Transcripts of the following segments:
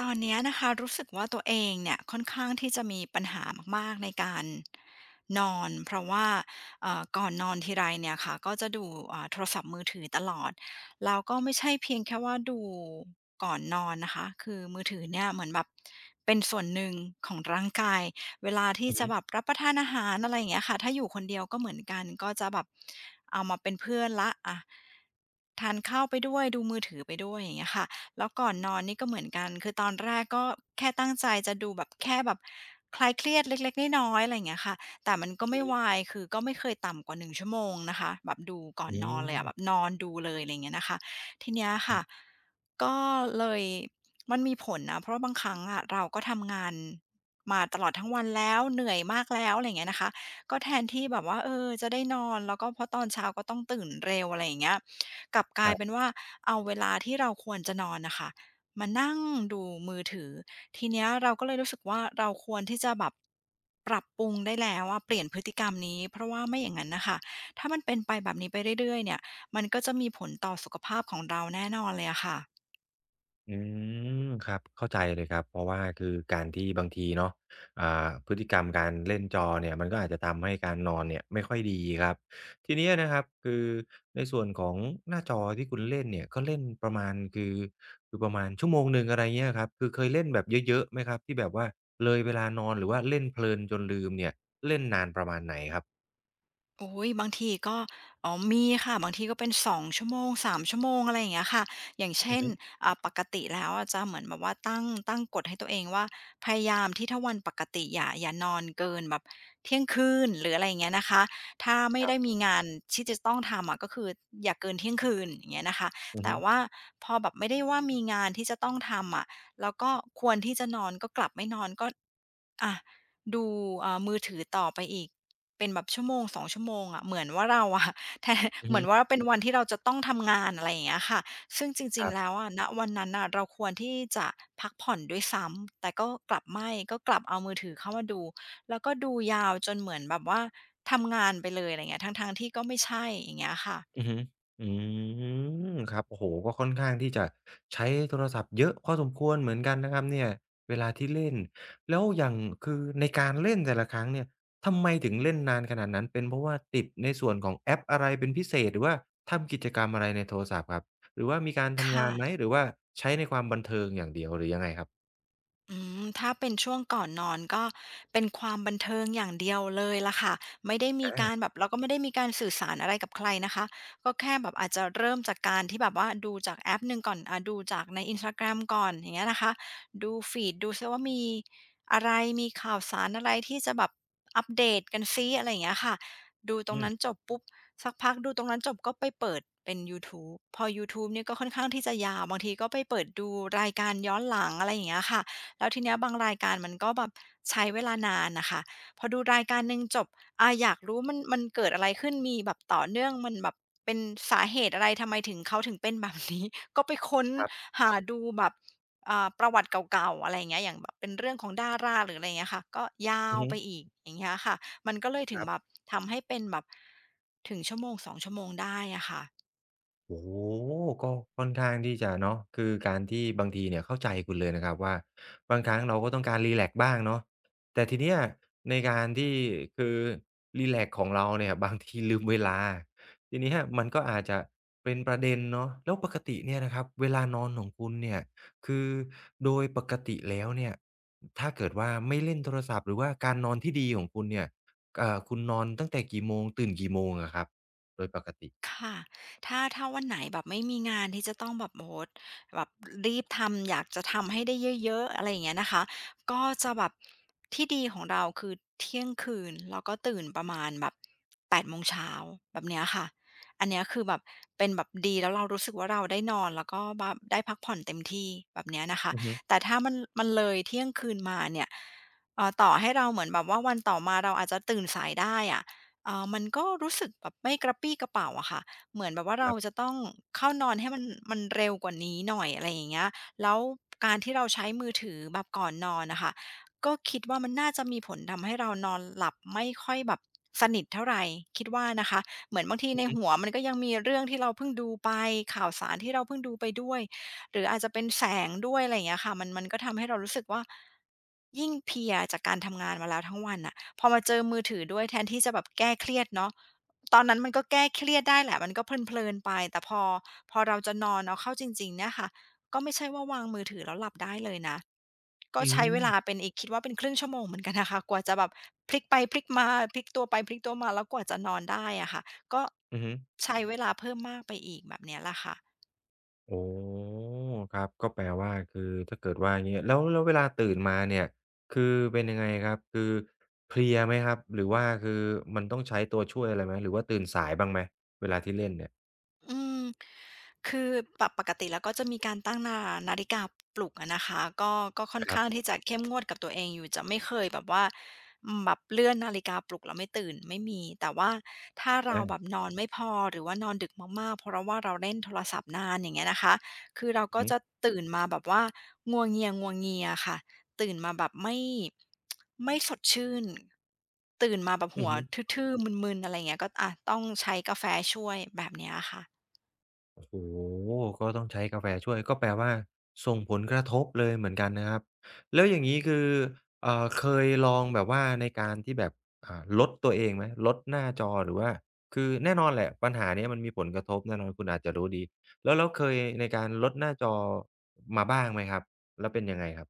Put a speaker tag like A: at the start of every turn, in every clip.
A: ตอนเนี้ยนะคะรู้สึกว่าตัวเองเนี่ยค่อนข้างที่จะมีปัญหามากๆในการนอนเพราะว่าก่อนนอนทีไรเนี่ยค่ะก็จะดูโทรศัพท์มือถือตลอดแล้วก็ไม่ใช่เพียงแค่ว่าดูก่อนนอนนะคะคือมือถือเนี่ยเหมือนแบบเป็นส่วนหนึ่งของร่างกายเวลาที่
B: อือ
A: จะ
B: ฮึ
A: แบบรับประทานอาหารอะไรอย่างเงี้ยค่ะถ้าอยู่คนเดียวก็เหมือนกันก็จะแบบเอามาเป็นเพื่อนแล้วอะทานข้าวไปด้วยดูมือถือไปด้วยอย่างเงี้ยค่ะ แล้วก่อนนอนนี่ก็เหมือนกัน คือตอนแรกก็แค่ตั้งใจจะดูแบบแค่แบบคลายเครียดเล็กๆน้อยๆอะไรอย่างเงี้ยค่ะแต่มันก็
B: อื
A: ไม่
B: อฮึ
A: วายคือก็ไม่เคยต่ำกว่า1ชั่วโมงนะคะแบบดูก่อน
B: อื
A: นอนเลยอะแบบ
B: ม
A: นอนดูเลยอะไรอย่างเงี้ยนะคะทีเนี้ย
B: อื
A: ค่ะ
B: ม
A: ก็เลยมันมีผลนะเพราะว่าบางครั้งอะเราก็ทำงานมาตลอดทั้งวันแล้วเหนื่อยมากแล้วอะไรอย่างเงี้ยนะคะก็แทนที่แบบว่าเออจะได้นอนแล้วก็เพราะตอนเช้าก็ต้องตื่นเร็วอะไรอย่างเงี้ยกลับก
B: ค
A: ลาย
B: รั
A: เป็น
B: บ
A: ว่า เอาเวลาที่เราควรจะนอนนะคะมานั่งดูมือถือทีเนี้ยเราก็เลยรู้สึกว่าเราควรที่จะแบบปรับปรุงได้แล้วอะเปลี่ยนพฤติกรรมนี้เพราะว่าไม่อย่างงั้นน่ะค่ะถ้ามันเป็นไปแบบนี้ไปเรื่อยๆเนี่ยมันก็จะมีผลต่อสุขภาพของเราแน่นอนเลยอะค่ะ
B: อืมครับเข้าใจเลยครับเพราะว่าคือการที่บางทีเนาะอ่าพฤติกรรมการเล่นจอเนี่ยมันก็อาจจะทำให้การนอนเนี่ยไม่ค่อยดีครับทีนี้อะนะครับคือในส่วนของหน้าจอที่คุณเล่นเนี่ยก็เล่นประมาณคือประมาณชั่วโมงหนึ่งอะไรเงี้ยครับคือเคยเล่นแบบเยอะๆไหมครับที่แบบว่าเลยเวลานอนหรือว่าเล่นเพลินจนลืมเนี่ยเล่นนานประมาณไหนครับ
A: โอ้ยบางทีก็อ๋อมีค่ะบางทีก็เป็น2ชั่วโมง3ชั่วโมงอะไรอย่างเงี้ยค่ะอย่าง
B: อื
A: เช่
B: อ
A: น
B: ฮึ
A: ปกติแล้วอะจะเหมือนแบบว่าตั้งกฎให้ตัวเองว่าพยายามที่ถ้าวันปกติอย่านอนเกินแบบเที่ยงคืนหรืออะไรอย่างเงี้ยนะคะถ้าไม่
B: ครั
A: ได้
B: บ
A: มีงานที่จะต้องทำอะก็คืออย่าเกินเที่ยงคืนอย่างเงี้ยนะคะ
B: อือ
A: แต่
B: ฮึ
A: ว่าพอแบบไม่ได้ว่ามีงานที่จะต้องทำอะแล้วก็ อะดูมือถือต่อไปอีกเป็นแบบชั่วโมง2ชั่วโมงอะเหมือนว่าเราอะ แทน
B: อือ
A: เหมื
B: ฮึ
A: อนว่าเป็นวันที่เราจะต้องทำงานอะไรอย่างเงี้ยค่ะซึ่งจริ
B: ค
A: ง
B: รั
A: ๆแล้
B: บ
A: วอะณวันนั้นน่ะเราควรที่จะพักผ่อนด้วยซ้ำแต่ก็กลับเอามือถือเข้ามาดูแล้วก็ดูยาวจนเหมือนแบบว่าทำงานไปเลยอะไรอย่างเงี้ยทั้งๆที่ก็ไม่ใช่อย่างเงี้ยค่ะ
B: อือฮึอืมครับโอ้โฮก็ค่อนข้างที่จะใช้โทรศัพท์เยอะพอสมควรเหมือนกันนะครับเนี่ยเวลาที่เล่นแล้วอย่างคือในการเล่นแต่ละครั้งเนี่ยทำไมถึงเล่นนานขนาดนั้น เป็นเพราะว่าติดในส่วนของแอปอะไรเป็นพิเศษหรือว่าทำกิจกรรมอะไรในโทรศัพท์ครับหรือว่ามีการทำงา
A: ค่ะ
B: นไหมหรือว่าใช้ในความบันเทิงอย่างเดียวหรือยังไงครับ
A: อืมถ้าเป็นช่วงก่อนนอนก็เป็นความบันเทิงอย่างเดียวเลยล่ะค่ะไม่ได้มี
B: อา
A: การแบบเราก็ไม่ได้มีการสื่อสารอะไรกับใครนะคะก็แค่แบบอาจจะเริ่มจากการที่แบบว่าดูจากแอปหนึ่งก่อนอ่าดูจากใน Instagram ก่อนอย่างเงี้ยนะคะดูฟีดดูซิว่ามีอะไรมีข่าวสารอะไรที่จะแบบอัปเดตกันซิอะไรอย่างเงี้ยค่ะดูตร
B: อื
A: ง
B: ม
A: นั้นจบปุ๊บสักพักดูตรงนั้นจบก็ไปเปิดเป็นยูทูบพอยูทูบเนี่ยก็ค่อนข้างที่จะยาวบางทีก็ไปเปิดดูรายการย้อนหลังอะไรอย่างเงี้ยค่ะ แล้วทีเนี้ยบางรายการมันก็แบบใช้เวลานานนะคะพอดูรายการหนึ่งจบอยากรู้มันเกิดอะไรขึ้นมีแบบต่อเนื่องมันแบบเป็นสาเหตุอะไรทำไมเขาถึงเป็นแบบนี้ ก็ไปค้น
B: ครับ
A: หาดูแบบประวัติเก่าๆอะไรอย่างเงี้ยอย่างแบบเป็นเรื่องของดาราหรืออะไรอย่างเงี้ยค่ะก็ยา
B: อือ
A: ว
B: ฮึ
A: ไปอีกอย่างเงี้ยค่ะมันก็เลย
B: ค
A: ถึง
B: รั
A: แบบ
B: บ
A: ทำให้เป็นแบบถึง1-2ชั่วโมงได้อะค่ะ
B: โอ้โฮก็ค่อนข้างที่จะเนาะคือการที่บางทีเนี่ยเข้าใจคุณเลยนะครับว่าบางครั้งเราก็ต้องการรีแลกซ์บ้างเนาะแต่ทีเนี้ยในการที่คือรีแลกซ์ของเราเนี่ย บางทีลืมเวลาทีเนี้ยมันก็อาจจะเป็นประเด็นเนาะแล้วปกติเนี่ยนะครับเวลานอนของคุณเนี่ยคือโดยปกติแล้วเนี่ยถ้าเกิดว่าไม่เล่นโทรศัพท์หรือว่าการนอนที่ดีของคุณเนี่ยคุณนอนตั้งแต่กี่โมงตื่นกี่โมงอะครับโดยปกติ
A: ค่ะถ้าวันไหนแบบไม่มีงานที่จะต้องแบบโอ้โฮแบบรีบทำอยากจะทำให้ได้เยอะๆอะไรอย่างเงี้ยนะคะก็จะแบบที่ดีของเราคือเที่ยงคืนแล้วก็ตื่นประมาณแบบ8 โมงเช้าแบบเนี้ยค่ะอันเนี้ยคือแบบเป็นแบบดีแล้วเรารู้สึกว่าเราได้นอนแล้วก็แบบได้พักผ่อนเต็มที่แบบเนี้ยนะคะ
B: อือฮึ
A: แต่ถ้ามันเลยเที่ยงคืนมาเนี่ยต่อให้เราเหมือนแบบว่าวันต่อมาเราอาจจะตื่นสายได้อะ เอ่ามันก็รู้สึกแบบไม่กระปรี้กระเป๋่าอะค่ะเหมือนแบบว่า
B: ค
A: เรา
B: รั
A: จะ
B: บ
A: ต้องเข้านอนให้มันเร็วกว่านี้หน่อยอะไรอย่างเงี้ยแล้วการที่เราใช้มือถือแบบก่อนนอนน่ะค่ะก็คิดว่ามันน่าจะมีผลทำให้เรานอนหลับไม่ค่อยแบบสนิทเท่าไรคิดว่านะคะเหมือนบางที
B: อื
A: ใน
B: อฮึ
A: หัวมันก็ยังมีเรื่องที่เราเพิ่งดูไปข่าวสารที่เราเพิ่งดูไปด้วยหรืออาจจะเป็นแสงด้วยอะไรอย่างเงี้ยค่ะมันก็ทำให้เรารู้สึกว่ายิ่งเพลียจากการทำงานมาแล้วทั้งวันน่ะ พอมาเจอมือถือด้วยแทนที่จะแบบแก้เครียดเนาะตอนนั้นมันก็แก้เครียดได้แหละมันก็เพลินๆไปแต่พอเราจะนอนเอาเข้าจริงๆเนี่ยค่ะก็ไม่ใช่ว่าวางมือถือแล้วหลับได้เลยนะก็
B: อื
A: ใช้เวลา
B: ม
A: เป็นอีกคิดว่าเป็นครึ่งชั่วโมงเหมือนกันนะคะกว่าจะแบบพลิกไปพลิกมาพลิกตัวไปพลิกตัวมาแล้วกว่าจะนอนได้อะค่ะก็
B: อือฮึ
A: ใช้เวลาเพิ่มมากไปอีกแบบเนี้ยแหละค่ะ
B: โอ้ครับก็แปลว่าคือถ้าเกิดว่าอย่างเงี้ยแล้วเวลาตื่นมาเนี่ยคือเป็นยังไงครับคือเพลียไหมครับ หรือว่าคือมันต้องใช้ตัวช่วยอะไรไหมหรือว่าตื่นสายบ้างไหมเวลาที่เล่นเนี่ย
A: อืมคือปกติแล้วก็จะมีการตั้งนาฬิกาปลุกอะนะคะก็ค่อน
B: ครั
A: ข้าง
B: บ
A: ที่จะเข้มงวดกับตัวเองอยู่จะไม่เคยแบบว่าอืมแบบเลื่อนนาฬิกาปลุกแล้วไม่ตื่นไม่มีแต่ว่าถ้าเรา
B: อา
A: แบบนอนไม่พอหรือว่านอนดึกมากๆเพราะว่าเราเล่นโทรศัพท์นานอย่างเงี้ยนะคะคือเรา
B: อือ
A: ก็
B: ฮึ
A: จะตื่นมาแบบว่างัวเงียๆค่ะตื่นมาแบบไม่สดชื่นตื่นมาแบบ
B: อื
A: หั
B: อ
A: ว
B: ฮึ
A: ทื่อๆมึนๆอะไรอย่างเงี้ยก็อะต้องใช้กาแฟช่วยแบบเนี้ยอะค่ะ
B: โอ้โฮก็ต้องใช้กาแฟช่วย ก็แปลว่าส่งผลกระทบเลยเหมือนกันนะครับ แล้วอย่างงี้คือเคยลองแบบว่าในการที่แบบลดตัวเองไหมลดหน้าจอหรือว่าคือแน่นอนแหละปัญหาเนี้ยมันมีผลกระทบแน่นอนคุณอาจจะรู้ดีแล้วเคยในการลดหน้าจอมาบ้างไหมครับ แล้วเป็นยังไงครับ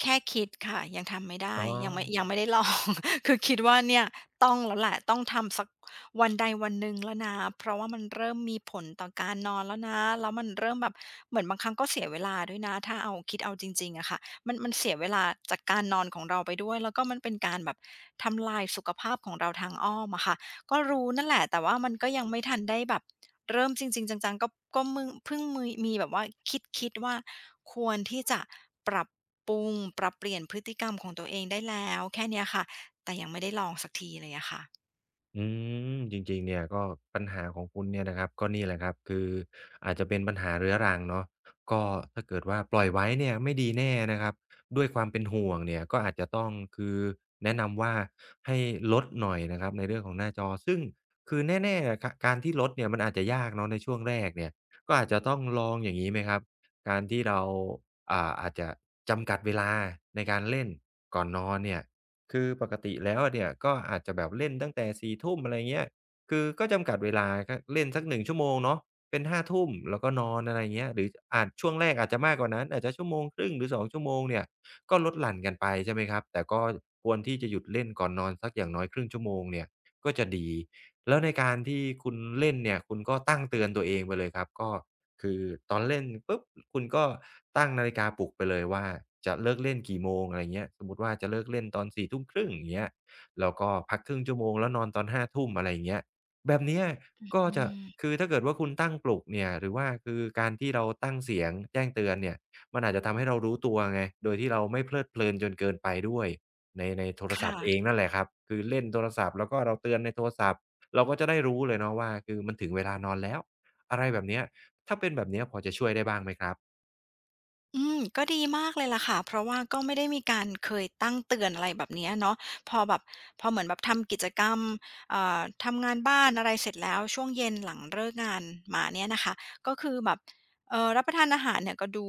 A: แค่คิดค่ะยังทำไม่ได้
B: อ๋อ
A: ยังไม่ได้ลอง คือคิดว่าเนี่ยต้องแล้วแหละต้องทำสักวันใดวันหนึ่งแล้วนะเพราะว่ามันเริ่มมีผลต่อการนอนแล้วนะแล้วมันเริ่มแบบเหมือนบางครั้งก็เสียเวลาด้วยนะถ้าเอาคิดเอาจริงๆอะค่ะมันเสียเวลาจากการนอนของเราไปด้วยแล้วก็มันเป็นการแบบทำลายสุขภาพของเราทางอ้อมอะค่ะ ก็รู้นั่นแหละแต่ว่ามันก็ยังไม่ทันได้แบบเริ่มจริงๆจังๆก็ก็มึงเพิ่งมืยมีแบบว่าคิดๆว่าควรที่จะปรับปรุงปรับเปลี่ยนพฤติกรรมของตัวเองได้แล้วแค่เนี้ยค่ะแต่ยังไม่ได้ลองสักทีเลยอะค่ะ
B: อืมจริงๆเนี่ยก็ปัญหาของคุณเนี่ยนะครับก็นี่แหละครับคืออาจจะเป็นปัญหาเรื้อรังเนาะก็ถ้าเกิดว่าปล่อยไว้เนี่ยไม่ดีแน่นะครับด้วยความเป็นห่วงเนี่ยก็อาจจะต้องคือแนะนำว่าให้ลดหน่อยนะครับในเรื่องของหน้าจอซึ่งคือแน่ๆกะการที่ลดเนี่ยมันอาจจะยากเนาะในช่วงแรกเนี่ยก็อาจจะต้องลองอย่างงี้ไหมครับการที่เราอาจจะจำกัดเวลาในการเล่นก่อนนอนเนี่ย คือปกติแล้วอะเนี่ยก็อาจจะแบบเล่นตั้งแต่4ทุ่มอะไรเงี้ยคือก็จำกัดเวลาก็เล่นสักหนึ่งชั่วโมงเนาะเป็นห้าทุ่มแล้วก็นอนอะไรเงี้ยหรืออาจช่วงแรกอาจจะมากกว่านั้นอาจจะชั่วโมงครึ่งหรือสองชั่วโมงเนี่ยก็ลดหลั่นกันไปใช่ไหมครับแต่ก็ควรที่จะหยุดเล่นก่อนนอนสักอย่างน้อยครึ่งชั่วโมงเนี่ยก็จะดีแล้วในการที่คุณเล่นเนี่ยคุณก็ตั้งเตือนตัวเองไปเลยครับก็ คือตอนเล่นปุ๊บคุณก็ตั้งนาฬิกาปลุกไปเลยว่าจะเลิกเล่นกี่โมงอะไรเงี้ยสมมุติว่าจะเลิกเล่นตอนสี่ทุ่มครึ่งอย่างเงี้ยแล้วก็พักครึ่งชั่วโมงแล้วนอนตอน5:00อะไรอย่างเงี้ยแบบเนี้ยก็
A: อื
B: จะ
A: ม
B: คือถ้าเกิดว่าคุณตั้งปลุกเนี่ยหรือว่าคือการที่เราตั้งเสียงแจ้งเตือนเนี่ยมันอาจจะทำให้เรารู้ตัวไงโดยที่เราไม่เพลิดเพลินจนเกินไปด้วยในโทรศัพ
A: ค่ะ
B: ท์เองนั่นแหละครับคือเล่นโทรศัพท์แล้วก็เราเตือนในโทรศัพท์เราก็จะได้รู้เลยเนาะว่าคือมันถึงเวลานอนแล้วอะไรแบบเนี้ย ถ้าเป็นแบบเนี้ยพอจะช่วยได้บ้างไหมครับ
A: อืมก็ดีมากเลยล่ะค่ะ เพราะว่าก็ไม่ได้มีการเคยตั้งเตือนอะไรแบบเนี้ยเนาะพอแบบเหมือนแบบทำกิจกรรมทำงานบ้านอะไรเสร็จแล้วช่วงเย็นหลังเลิกงานมาเนี่ยนะคะ ก็คือแบบรับประทานอาหารเนี่ยก็ดู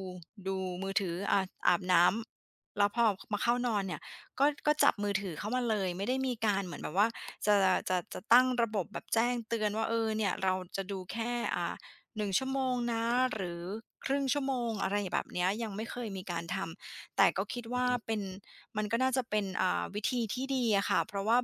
A: ดูมือถืออาบน้ำแล้วพอมาเข้านอนเนี่ยก็จับมือถือเข้ามาเลยไม่ได้มีการเหมือนแบบว่าจะจะตั้งระบบแบบแจ้งเตือนว่าเออเนี่ยเราจะดูแค่1ชั่วโมงนะหรือครึ่งชั่วโมงอะไรแบบเนี้ยยังไม่เคยมีการทำแต่ก็คิด
B: อือ
A: ว่า
B: ฮึ
A: เป็นมันก็น่าจะเป็นวิธีที่ดีอะค่ะเพราะว่า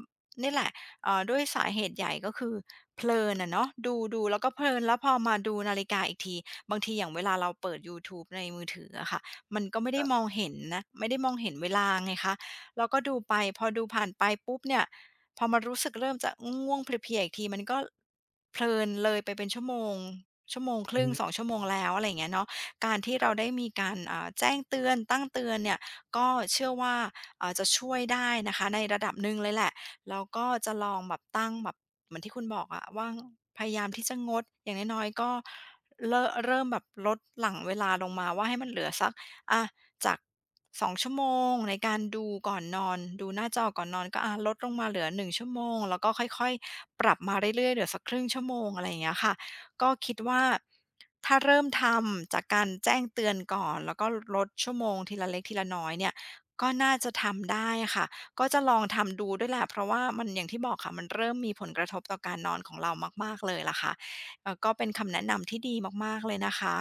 A: นี่แหละด้วยสาเหตุใหญ่ก็คือเพลินอะเนาะดูๆแล้วก็เพลินแล้วพอมาดูนาฬิกาอีกทีบางทีอย่างเวลาเราเปิดยูทูบในมือถืออะค่ะมันก็ไม่
B: ค
A: ได้
B: รั
A: มอง
B: บ
A: เห็นนะไม่ได้มองเห็นเวลาไงคะเราก็ดูไปพอดูผ่านไปปุ๊บเนี่ยพอมารู้สึกเริ่มจะง่วงๆเพลียๆอีกทีมันก็เพลินเลยไปเป็นชั่วโมง ชั่วโมงค
B: อือ
A: รึ่ง
B: ฮึ
A: 2 ชั่วโมงแล้วอะไรอย่างเงี้ยเนาะการที่
B: ค
A: เรา
B: รับ
A: ได้มีการแจ้งเตือนตั้งเตือนเนี่ยก็เชื่อว่าจะช่วยได้นะคะในระดับหนึ่งเลยแหละแล้วก็จะลองแบบตั้งแบบเหมือนที่คุณบอกอะว่าพยายามที่จะงดอย่างน้อยๆก็เลอะเริ่มแบบลดหลั่งเวลาลงมาว่าให้มันเหลือสักอะจากสองชั่วโมงในการดูก่อนนอนดูหน้าจอก่อนนอนก็อะลดลงมาเหลือ1 ชั่วโมงแล้วก็ค่อยๆปรับมาเรื่อยๆเหลือสักครึ่งชั่วโมงอะไรอย่างเงี้ยค่ะ ก็คิดว่าถ้าเริ่มทำจากการแจ้งเตือนก่อนแล้วก็ลดชั่วโมงทีละเล็กทีละน้อยเนี่ยก็น่าจะทำได้อะค่ะก็จะลองทำดูด้วยแหละเพราะว่ามันอย่างที่บอกค่ะมันเริ่มมีผลกระทบต่อการนอนของเรามากๆเลยล่ะค่ะก็เป็นคำแนะนำที่ดีมากๆเลยนะคะ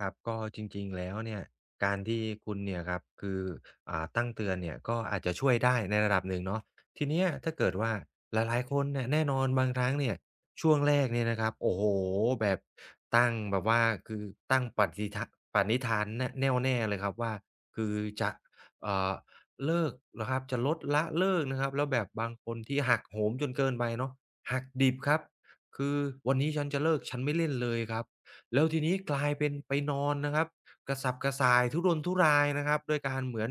B: ครับก็จริงๆแล้วเนี่ยการที่คุณเนี่ยครับคือตั้งเตือนเนี่ยก็อาจจะช่วยได้ในระดับหนึ่งเนาะทีเนี้ยถ้าเกิดว่าหลายๆคนเนี่ยแน่นอนบางครั้งเนี่ยช่วงแรกเนี่ยนะครับโอ้โฮแบบตั้งแบบว่าคือตั้งปฏิทะปณิธานแน่วแน่เลยครับว่าคือจะเอ่อเลิกนะครับจะลดละเลิกนะครับแล้วแบบบางคนที่หักโหมจนเกินไปเนาะหักดิบครับคือวันนี้ฉันจะเลิกฉันไม่เล่นเลยครับ แล้วทีนี้กลายเป็นไปนอนนะครับกระสับกระส่ายทุรนทุรายนะครับด้วยการเหมือน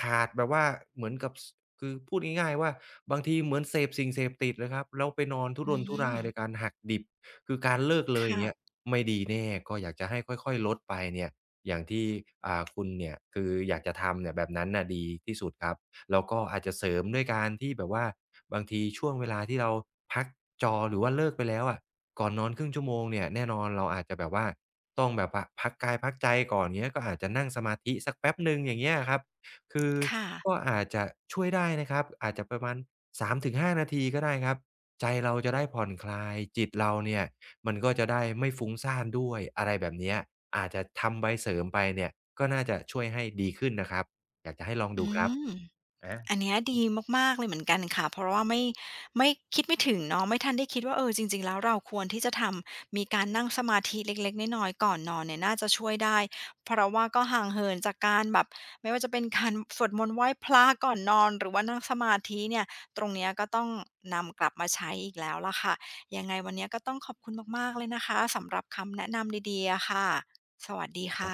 B: ขาดแบบว่าเหมือนกับคือพูดง่ายๆว่าบางทีเหมือนเสพสิ่งเสพติดเลยครับแล้วไปนอนทุ
A: อื
B: รนทุรา
A: ม
B: ยโดยการหักดิบคือการเลิกเลยอย่างเงี้ย
A: ค่ะ
B: ไม่ดีแน่ก็อยากจะให้ค่อยๆลดไปเนี่ยอย่างที่คุณเนี่ยคืออยากจะทำเนี่ยแบบนั้นน่ะดีที่สุดครับ แล้วก็อาจจะเสริมด้วยการที่แบบว่าบางทีช่วงเวลาที่เราพักจอหรือว่าเลิกไปแล้วอะก่อนนอนครึ่งชั่วโมงเนี่ยแน่นอนเราอาจจะแบบว่าต้องแบบว่าพักกายพักใจก่อนอย่างเงี้ยก็อาจจะนั่งสมาธิสักแป๊บหนึ่งอย่างเงี้ยอะครับคือ
A: ค่ะ
B: ก็อาจจะช่วยได้นะครับอาจจะประมาณ3-5นาทีก็ได้ครับใจเราจะได้ผ่อนคลายจิตเราเนี่ยมันก็จะได้ไม่ฟุ้งซ่านด้วยอะไรแบบเนี้ยอาจจะทำไปเสริมไปเนี่ยก็น่าจะช่วยให้ดีขึ้นนะครับอยากจะให้ลองดู
A: อื
B: ครับ
A: ม อัน
B: อา
A: เนี้ยดีมากๆเลยเหมือนกันค่ะเพราะว่าไม่ไม่คิดไม่ถึงเนาะไม่ทันได้คิดว่าเออจริงๆแล้วเราควรที่จะทำมีการนั่งสมาธิเล็กๆน้อยๆก่อนนอนเนี่ยน่าจะช่วยได้เพราะว่าก็ห่างเหินจากการแบบไม่ว่าจะเป็นการสวดมนต์ไหว้พระก่อนนอนหรือว่านั่งสมาธิเนี่ยตรงเนี้ยก็ต้องนำกลับมาใช้อีกแล้วล่ะค่ะยังไงวันเนี้ยก็ต้องขอบคุณมากๆเลยนะคะสำหรับคำแนะนำดีๆอะค่ะสวัสดีค่ะ